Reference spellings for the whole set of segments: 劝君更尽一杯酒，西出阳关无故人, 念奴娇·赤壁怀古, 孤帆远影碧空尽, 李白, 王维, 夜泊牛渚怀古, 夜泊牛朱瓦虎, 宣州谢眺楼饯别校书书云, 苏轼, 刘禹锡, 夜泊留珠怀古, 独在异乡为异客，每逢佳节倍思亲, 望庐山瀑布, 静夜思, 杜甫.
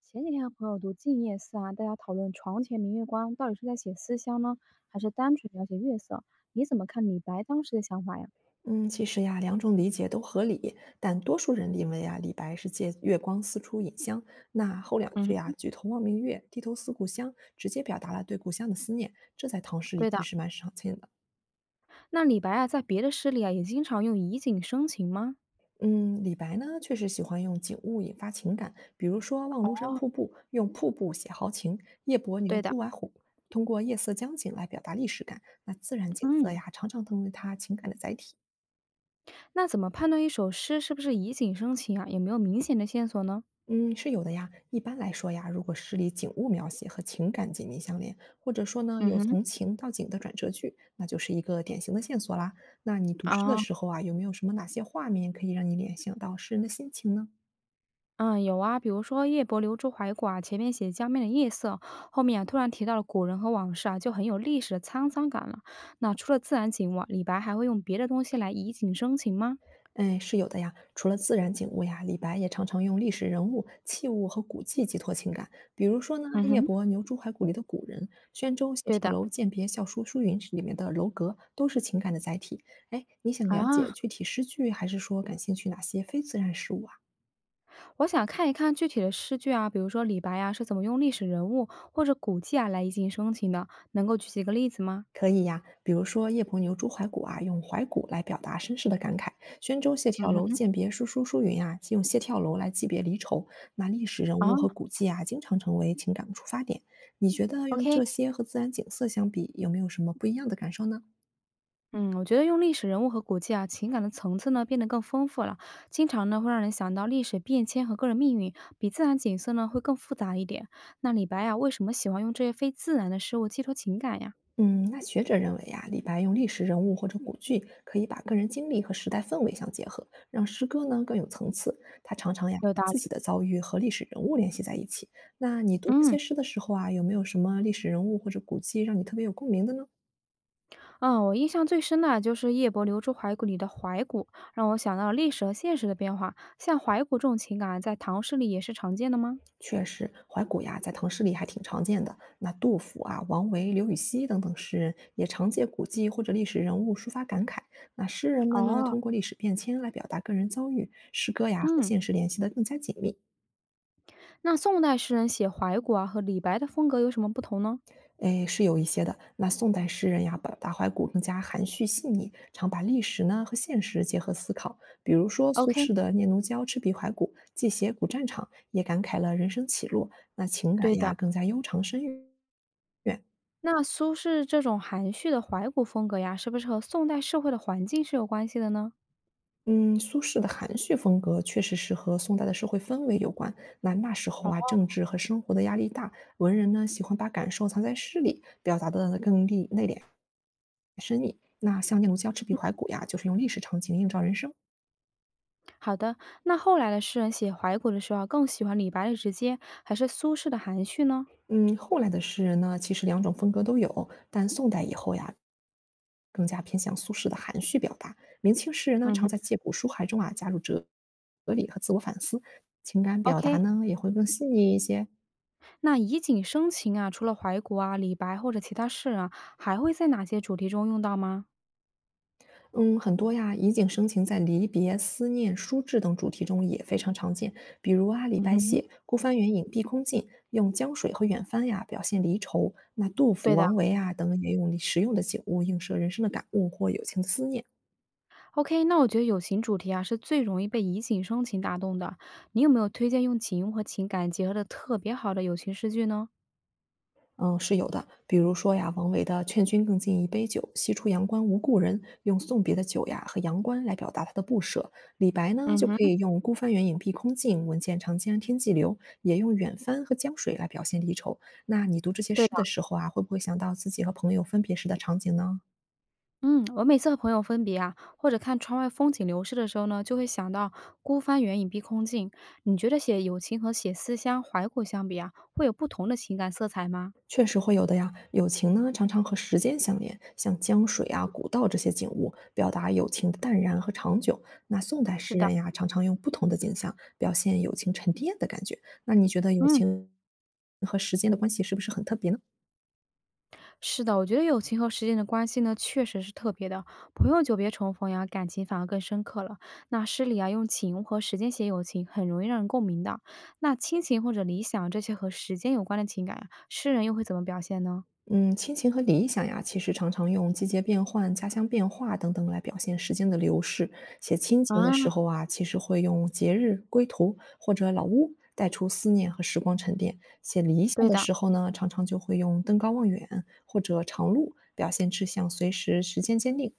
前几天和朋友读《静夜思》啊，大家讨论“床前明月光”到底是在写思乡呢，还是单纯描写月色？你怎么看李白当时的想法呀？嗯，其实呀，两种理解都合理，但多数人认为啊，李白是借“月光思出引香”，那后两嗯，句啊，“举头望明月，低头思故乡”，直接表达了对故乡的思念，这在唐诗里对的。其实蛮少见的。那李白啊，在别的诗里啊，也经常用以景生情吗？嗯，李白呢，确实喜欢用景物引发情感，比如说《望庐山瀑布》，用瀑布写豪情；夜泊牛对的。朱瓦虎通过夜色江景来表达历史感。那自然景嗯，色呀，常常成为他情感的载体。那怎么判断一首诗是不是以景生情啊？有没有明显的线索呢？嗯，是有的呀。一般来说呀，如果诗里景物描写和情感紧密相连，或者说呢嗯有哼。从情到景的转折句，那就是一个典型的线索啦。那你读诗的啊。时候啊，有没有什么哪些画面可以让你联想到诗人的心情呢？嗯，有啊，比如说“夜泊留珠怀古”啊，前面写江面的夜色，后面啊突然提到了古人和往事啊，就很有历史的沧桑感了。那除了自然景物啊李白还会用别的东西来以景生情吗？哎，是有的呀。除了自然景物呀，李白也常常用历史人物、器物和古迹寄托情感。比如说呢，嗯夜哼，泊牛渚怀古里的古人，宣州谢对眺的，楼饯别校书书云里面的楼阁，都是情感的载体。哎，你想了解啊，具体诗句，还是说感兴趣哪些非自然事物啊？我想看一看具体的诗句啊，比如说李白啊是怎么用历史人物或者古迹啊来以景生情的，能够举几个例子吗？可以呀，比如说“夜泊牛朱怀古”啊，用怀古来表达绅士的感慨；宣州谢嗯眺楼哼。饯别叔叔叔云啊，用谢眺楼来祭别离愁。那历史人啊物和古迹啊，经常成为情感的出发点。你觉得用，OK，这些和自然景色相比，有没有什么不一样的感受呢？嗯，我觉得用历史人物和古迹啊情感的层次呢变得更丰富了，经常呢会让人想到历史变迁和个人命运，比自然景色呢会更复杂一点。那李白啊为什么喜欢用这些非自然的事物寄托情感呀？嗯，那学者认为呀、李白用历史人物或者古句，可以把个人经历和时代氛围相结合，让诗歌呢更有层次。他常常呀有把道自己理。的遭遇和历史人物联系在一起。那你读这嗯些诗的时候啊，有没有什么历史人物或者古迹让你特别有共鸣的呢？嗯，我印象最深的啊就是夜泊流珠怀古里的怀古，让我想到了历史和现实的变化。像怀古这种情感啊在唐诗里也是常见的吗？确实，怀古呀在唐诗里还挺常见的。那杜甫啊、王维、刘禹锡等等诗人也常借古迹或者历史人物抒发感慨。那诗人们呢，哦通过历史变迁来表达个人遭遇，诗歌呀和嗯，现实联系得更加紧密。那宋代诗人写怀古啊和李白的风格有什么不同呢？哎，是有一些的。那宋代诗人呀，把大怀古更加含蓄细腻，常把历史呢和现实结合思考。比如说苏，OK，轼的《念奴娇·赤壁怀古》，既写古战场，也感慨了人生起落，那情对感的。呀更加悠长深远。那苏轼这种含蓄的怀古风格呀，是不是和宋代社会的环境是有关系的呢？嗯，苏轼的含蓄风格确实是和宋代的社会氛围有关。那那时候哦，啊，政治和生活的压力大，文人呢喜欢把感受藏在诗里，表达的更利内敛。那像《念奴娇·赤壁怀古》呀，就是用历史场景映照人生。好的，那后来的诗人写怀古的时候啊，更喜欢李白的直接，还是苏轼的含蓄呢嗯，后来的诗人呢，其实两种风格都有，但宋代以后呀，更加偏向苏轼的含蓄表达。明清诗人呢，嗯常哼，在借古抒怀中啊，加入哲理和自我反思，情感表达？OK，呢也会更细腻一些。那以景生情啊，除了怀古啊、李白或者其他诗人啊，还会在哪些主题中用到吗？嗯，很多呀，以景生情在离别、思念、书志等主题中也非常常见。比如啊，李嗯白哼。写“孤帆远影碧空尽”，用江水和远帆呀表现离愁；那杜甫、对的王维啊等也用实用的景物映射人生的感悟或友情的思念。，OK，那我觉得友情主题啊是最容易被以景生情打动的。你有没有推荐用景物和情感结合的特别好的友情诗句呢？嗯，是有的。比如说呀，王维的“劝君更尽一杯酒，西出阳关无故人”，用送别的酒呀和阳关来表达他的不舍。李白呢，嗯就哼，可以用“孤帆远影碧空尽，唯见长江天际流”，也用远帆和江水来表现离愁。那你读这些对诗的。的时候啊，会不会想到自己和朋友分别时的场景呢？嗯，我每次和朋友分别啊，或者看窗外风景流逝的时候呢，就会想到“孤帆远影碧空尽”。你觉得写友情和写思乡怀古相比啊，会有不同的情感色彩吗？确实会有的呀。友情呢，常常和时间相连，像江水啊、古道这些景物，表达友情的淡然和长久。那宋代是诗的，人呀，常常用不同的景象表现友情沉淀的感觉。那你觉得友嗯，情和时间的关系是不是很特别呢？是的，我觉得友情和时间的关系呢，确实是特别的。朋友久别重逢呀，感情反而更深刻了。那诗里啊，用情和时间写友情，很容易让人共鸣的。那亲情或者理想这些和时间有关的情感呀，诗人又会怎么表现呢？嗯，亲情和理想呀，其实常常用季节变换、家乡变化等等来表现时间的流逝。写亲情的啊，时候啊，其实会用节日、归途或者老屋带出思念和时光沉淀；写理想对的的，时候呢，常常就会用登高望远或者长路表现志向，随时时间坚定。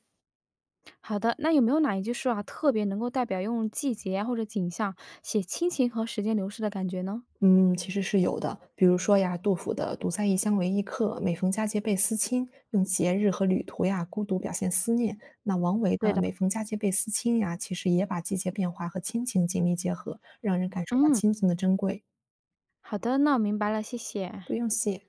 好的，那有没有哪一句诗啊，特别能够代表用季节啊或者景象写亲情和时间流逝的感觉呢？嗯，其实是有的。比如说呀，杜甫的“独在异乡为异客，每逢佳节倍思亲”，用节日和旅途呀孤独表现思念。那王维对的的，“每逢佳节倍思亲”呀，其实也把季节变化和亲情紧密结合，让人感受到嗯，亲情的珍贵。好的，那我明白了，谢谢。不用谢。